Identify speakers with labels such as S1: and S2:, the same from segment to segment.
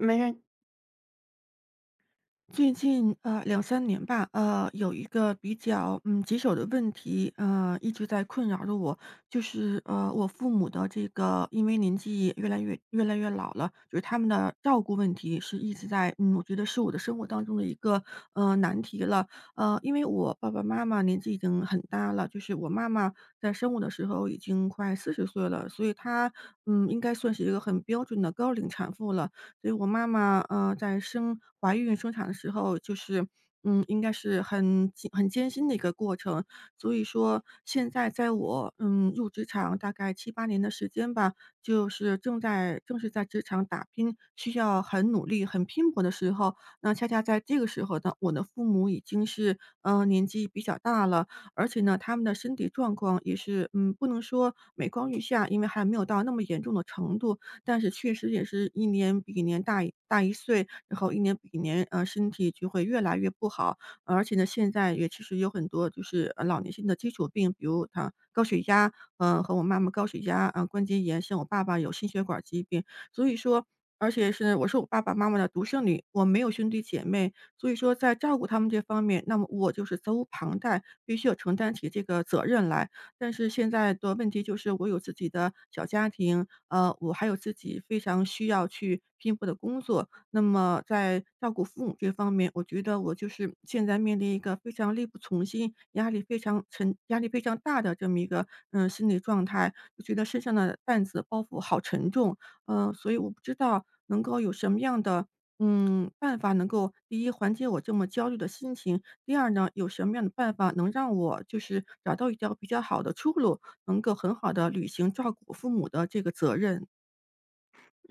S1: 没事。
S2: 最近两三年吧，有一个比较棘手的问题，一直在困扰着我，就是我父母的这个，因为年纪越来越老了，就是他们的照顾问题是一直在，我觉得是我的生活当中的一个难题了。因为我爸爸妈妈年纪已经很大了，就是我妈妈在生我的时候已经快40岁了，所以她应该算是一个很标准的高龄产妇了。所以我妈妈，在生怀孕生产的时候，应该是很艰辛的一个过程。所以说现在在我，入职场大概7、8年的时间吧，就是正是在职场打拼，需要很努力、很拼搏的时候，那恰恰在这个时候呢，我的父母已经是，年纪比较大了，而且呢，他们的身体状况也是，不能说每况愈下，因为还没有到那么严重的程度，但是确实也是一年比一年大一岁，然后一年比一年，身体就会越来越不好。而且呢，现在也其实有很多就是，老年性的基础病，比如他高血压，和我妈妈高血压，啊，关节炎，像我爸爸有心血管疾病。所以说而且是我爸爸妈妈的独生女，我没有兄弟姐妹，所以说在照顾他们这方面，那么我就是责无旁贷，必须要承担起这个责任来。但是现在的问题就是我有自己的小家庭，我还有自己非常需要去拼搏的工作。那么在照顾父母这方面，我觉得我就是现在面临一个非常力不从心、压力非常沉、压力非常大的这么一个心理状态，就觉得身上的担子包袱好沉重。所以我不知道能够有什么样的。嗯，办法能够第一缓解我这么焦虑的心情，第二呢，有什么样的办法能让我就是找到一条比较好的出路，能够很好的履行照顾父母的这个责任？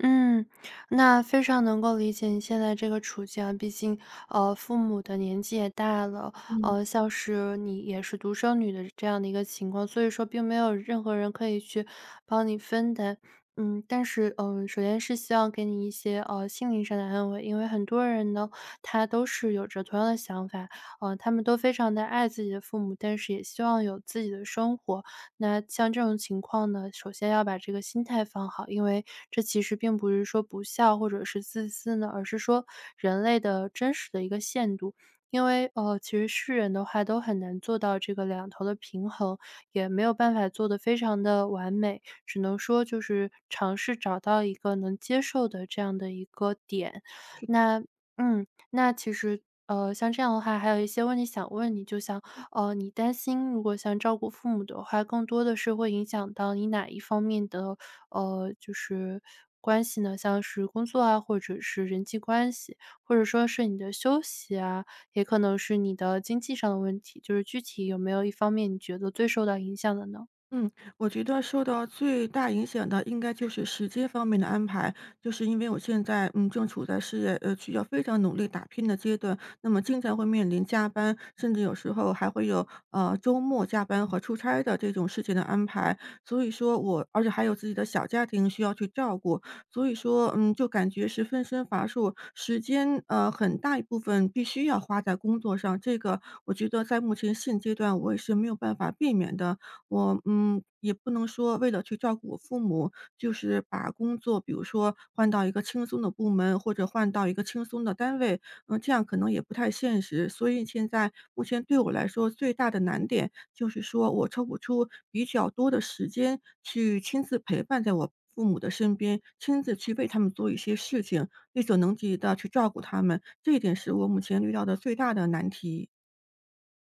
S1: 嗯，那非常能够理解你现在这个处境啊。毕竟，父母的年纪也大了，
S2: 嗯。
S1: 像是你也是独生女的这样的一个情况，所以说并没有任何人可以去帮你分担。但是，首先是希望给你一些，心灵上的安慰，因为很多人呢，他都是有着同样的想法，他们都非常的爱自己的父母，但是也希望有自己的生活。那像这种情况呢，首先要把这个心态放好，因为这其实并不是说不孝或者是自私呢，而是说人类的真实的一个限度。因为其实世人的话都很难做到这个两头的平衡，也没有办法做得非常的完美，只能说就是尝试找到一个能接受的这样的一个点。那嗯，那其实，呃，像这样的话，还有一些问题想问你，就像，你担心如果像照顾父母的话，更多的是会影响到你哪一方面的，就是关系呢？像是工作啊，或者是人际关系，或者说是你的休息啊，也可能是你的经济上的问题。就是具体有没有一方面你觉得最受到影响的呢？
S2: 嗯，我觉得受到最大影响的应该就是时间方面的安排，就是因为我现在正处在事业需要非常努力打拼的阶段，那么经常会面临加班，甚至有时候还会有周末加班和出差的这种事情的安排，所以说我而且还有自己的小家庭需要去照顾，所以说就感觉是分身乏术，时间很大一部分必须要花在工作上，这个我觉得在目前现阶段我也是没有办法避免的。我，也不能说为了去照顾我父母，就是把工作比如说换到一个轻松的部门，或者换到一个轻松的单位，这样可能也不太现实。所以现在目前对我来说最大的难点，就是说我抽不出比较多的时间去亲自陪伴在我父母的身边，亲自去为他们做一些事情，力所能及的去照顾他们，这一点是我目前遇到的最大的难题。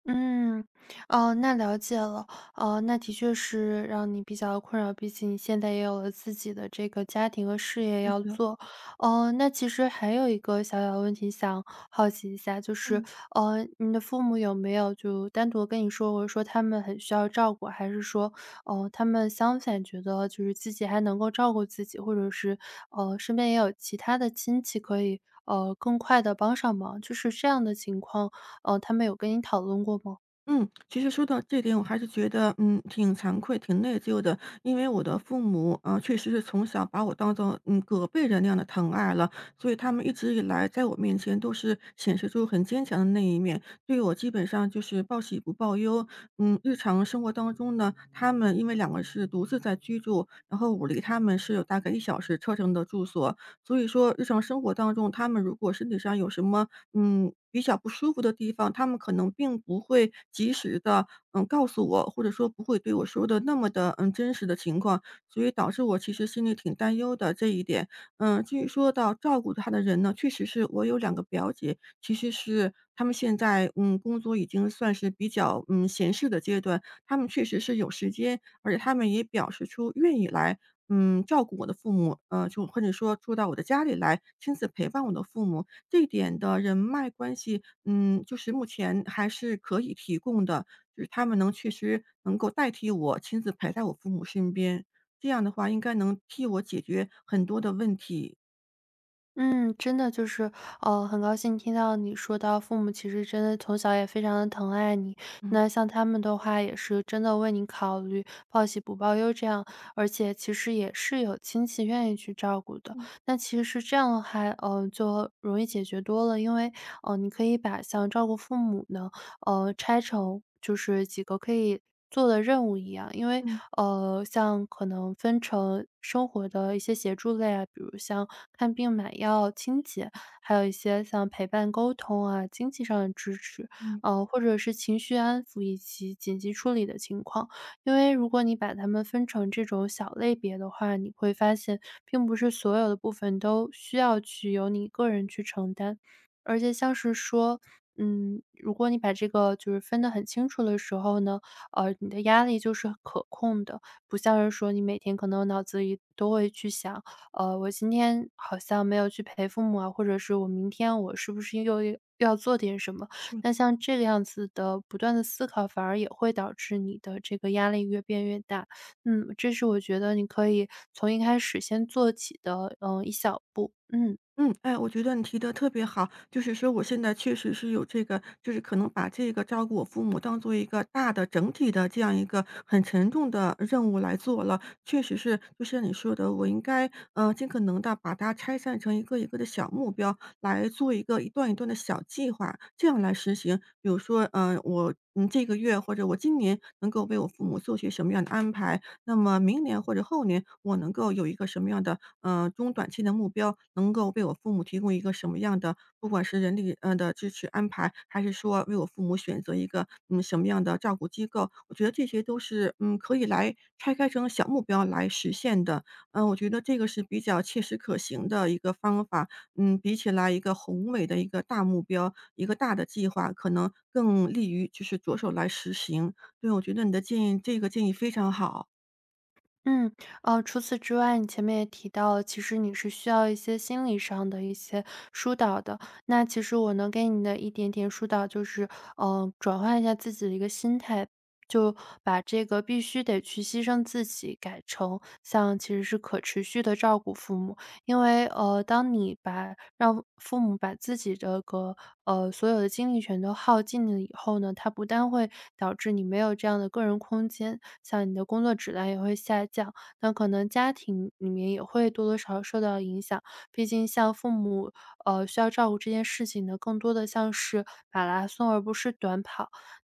S1: 嗯，哦，那了解了。哦，那的确是让你比较困扰，毕竟你现在也有了自己的这个家庭和事业要做。哦，那其实还有一个小小的问题想好奇一下，就是，
S2: 嗯。
S1: 你的父母有没有就单独跟你说过，或者说他们很需要照顾，还是说，他们相反觉得就是自己还能够照顾自己，或者是，身边也有其他的亲戚可以，更快的帮上忙，就是这样的情况哦，他们有跟你讨论过吗？
S2: 嗯，其实说到这点，我还是觉得，挺惭愧、挺内疚的。因为我的父母，啊，确实是从小把我当做，隔辈人那样的疼爱了，所以他们一直以来在我面前都是显示出很坚强的那一面，对我基本上就是报喜不报忧。嗯，日常生活当中呢，他们因为两个是独自在居住，然后我离他们是有大概1小时车程的住所，所以说日常生活当中，他们如果身体上有什么比较不舒服的地方，他们可能并不会及时的告诉我，或者说不会对我说的那么的真实的情况，所以导致我其实心里挺担忧的这一点。嗯，至于说到照顾他的人呢，确实是我有2个表姐，其实是他们现在，工作已经算是比较，闲适的阶段，他们确实是有时间，而且他们也表示出愿意来，照顾我的父母，就或者说住到我的家里来，亲自陪伴我的父母。这点的人脉关系，就是目前还是可以提供的，就是他们能确实能够代替我亲自陪在我父母身边，这样的话应该能替我解决很多的问题。
S1: 嗯，真的就是，很高兴听到你说到父母其实真的从小也非常的疼爱你，
S2: 嗯。
S1: 那像他们的话也是真的为你考虑，报喜不报忧这样，而且其实也是有亲戚愿意去照顾的。
S2: 嗯。
S1: 那其实是这样的话，就容易解决多了，因为，你可以把像照顾父母呢，拆成就是几个可以做的任务一样。因为，
S2: 嗯。
S1: 像可能分成生活的一些协助类啊，比如像看病、买药、清洁，还有一些像陪伴、沟通啊、经济上的支持，
S2: 嗯，
S1: 或者是情绪安抚以及紧急处理的情况。因为如果你把它们分成这种小类别的话，你会发现并不是所有的部分都需要去由你个人去承担。而且像是说，如果你把这个就是分得很清楚的时候呢，你的压力就是可控的，不像是说你每天可能脑子里都会去想，我今天好像没有去陪父母啊，或者是我明天我是不是又要做点什么？
S2: 是的。
S1: 那像这个样子的不断的思考，反而也会导致你的这个压力越变越大。嗯，这是我觉得你可以从一开始先做起的，一小步。嗯。
S2: 嗯，哎，我觉得你提的特别好，就是说我现在确实是有这个，就是可能把这个照顾我父母当做一个大的整体的这样一个很沉重的任务来做了。确实是，就像你说的，我应该尽可能的把它拆散成一个一个的小目标，来做一个一段一段的小计划，这样来实行。比如说，我这个月或者我今年能够为我父母做些什么样的安排，那么明年或者后年，我能够有一个什么样的，中短期的目标，能够为我父母提供一个什么样的，不管是人力的支持安排，还是说为我父母选择一个，什么样的照顾机构，我觉得这些都是，可以来拆开成小目标来实现的。嗯，我觉得这个是比较切实可行的一个方法，比起来一个宏伟的一个大目标，一个大的计划，可能更利于就是着手来实行。对，我觉得你的这个建议非常好。
S1: 嗯，除此之外，你前面也提到了，其实你是需要一些心理上的一些疏导的。那其实我能给你的一点点疏导就是，转换一下自己的一个心态，就把这个必须得去牺牲自己，改成像其实是可持续的照顾父母。因为当你把让父母把自己这个所有的精力全都耗尽了以后呢，它不但会导致你没有这样的个人空间，像你的工作质量也会下降。那可能家庭里面也会多多少少受到影响，毕竟像父母，需要照顾这件事情呢，更多的像是马拉松而不是短跑。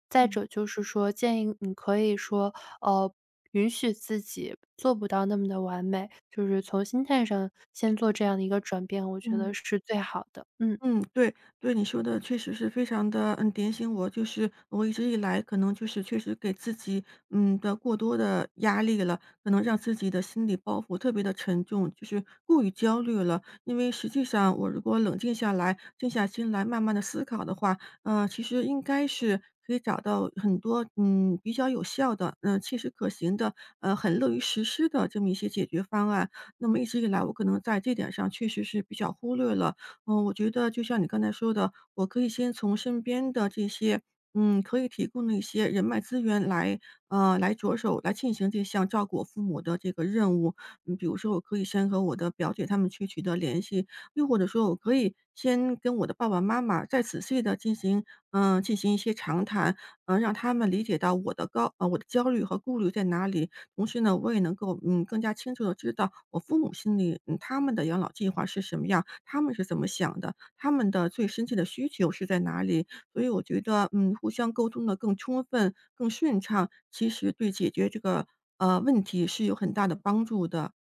S1: 再
S2: 嗯，
S1: 者就是说，建议你可以说，呃，允许自己做不到那么的完美，就是从心态上先做这
S2: 是，
S1: 样的一个转变，我觉
S2: 嗯。
S1: 得是最好的。嗯。
S2: 嗯，对，对你说的确实是非常的，点醒我。就是我一直以来可能就是确实给自己，的过多的压力了，可能让自己的心理包袱特别的沉重，就是过于焦虑了。因为实际上我如果冷静下来，静下心来慢慢的思考的话，其实应该是可以找到很多，比较有效的，切实可行的，很乐于实施的这么一些解决方案。那么一直以来我可能在这点上确实是比较忽略了，我觉得就像你刚才说的，我可以先从身边的这些，可以提供的一些人脉资源来，来着手来进行这项照顾我父母的这个任务。嗯，比如说我可以先和我的表姐她们去取得联系，又或者说我可以先跟我的爸爸妈妈再仔细的进行，进行一些长谈，让他们理解到我的我的焦虑和顾虑在哪里。同时呢，我也能够，更加清楚的知道我父母心里，他们的养老计划是什么样，他们是怎么想的，他们的最深切的需求是在哪里。所以我觉得，互相沟通的更充分、更顺畅，其实对解决这个，问题是有很大的帮助的。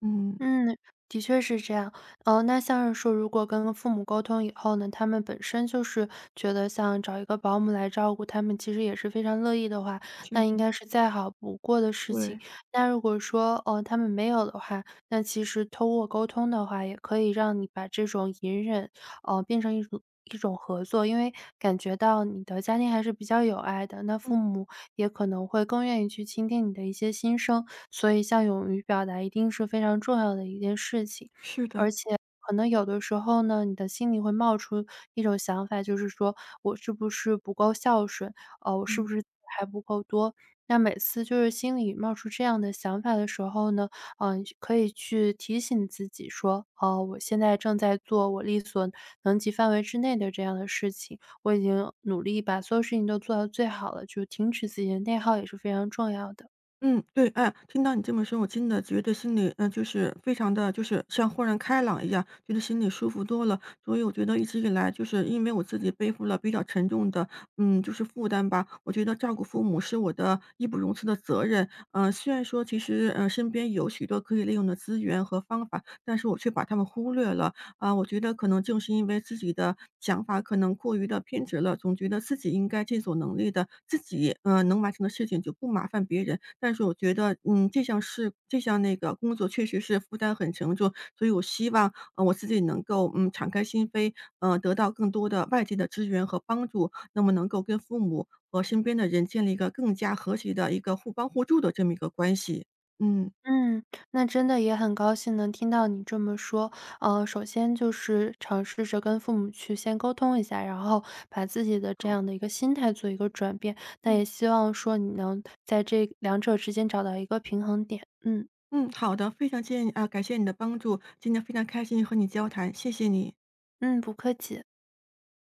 S2: 嗯，
S1: 嗯，的确是这样。那像是说，如果跟父母沟通以后呢，他们本身就是觉得像找一个保姆来照顾他们，其实也是非常乐意的话，
S2: 是
S1: 那应
S2: 的，
S1: 该是再好不过的事情。
S2: 对，
S1: 那如果说，他们没有的话，那其实通过沟通的话，也可以让你把这种隐忍，变成一种合作，因为感觉到你的家庭还是比较有爱的，那父
S2: 嗯，
S1: 母也可能会更愿意去倾听你的一些心声。所以像勇于表达一定是非常重要的一件事情。
S2: 是的，
S1: 而且可能有的时候呢，你的心里会冒出一种想法，就是说我是不是不够孝顺？我是不
S2: 嗯。
S1: 是还不够多？那每次就是心里冒出这样的想法的时候呢，嗯、你可以去提醒自己说，哦、我现在正在做我力所能及范围之内的这样的事情，我已经努力把所有事情都做到最好了，就是停止自己的内耗也是非常重要的。
S2: 嗯，对，哎，听到你这么说，我真的觉得心里，就是非常的，就是像豁然开朗一样，觉得心里舒服多了。所以我觉得一直以来就是因为我自己背负了比较沉重的，就是负担吧，我觉得照顾父母是我的义不容辞的责任。嗯，虽然说其实，身边有许多可以利用的资源和方法，但是我却把他们忽略了。啊，我觉得可能正是因为自己的想法可能过于的偏执了，总觉得自己应该尽所能力的自己，能完成的事情就不麻烦别人。但是我觉得，这项那个工作确实是负担很沉重，所以我希望，我自己能够，敞开心扉，得到更多的外界的支援和帮助，那么能够跟父母和身边的人建立一个更加和谐的一个互帮互助的这么一个关系。嗯，
S1: 嗯，那真的也很高兴能听到你这么说。首先就是尝试着跟父母去先沟通一下，然后把自己的这
S2: 好，
S1: 样的一个心态做一个转变。那
S2: 嗯。
S1: 也希望说你能在这两者之间找到一个平衡点。嗯
S2: 嗯，好的，非常谢谢你啊，感谢你的帮助，今天非常开心和你交谈，谢谢你。
S1: 嗯，不客气。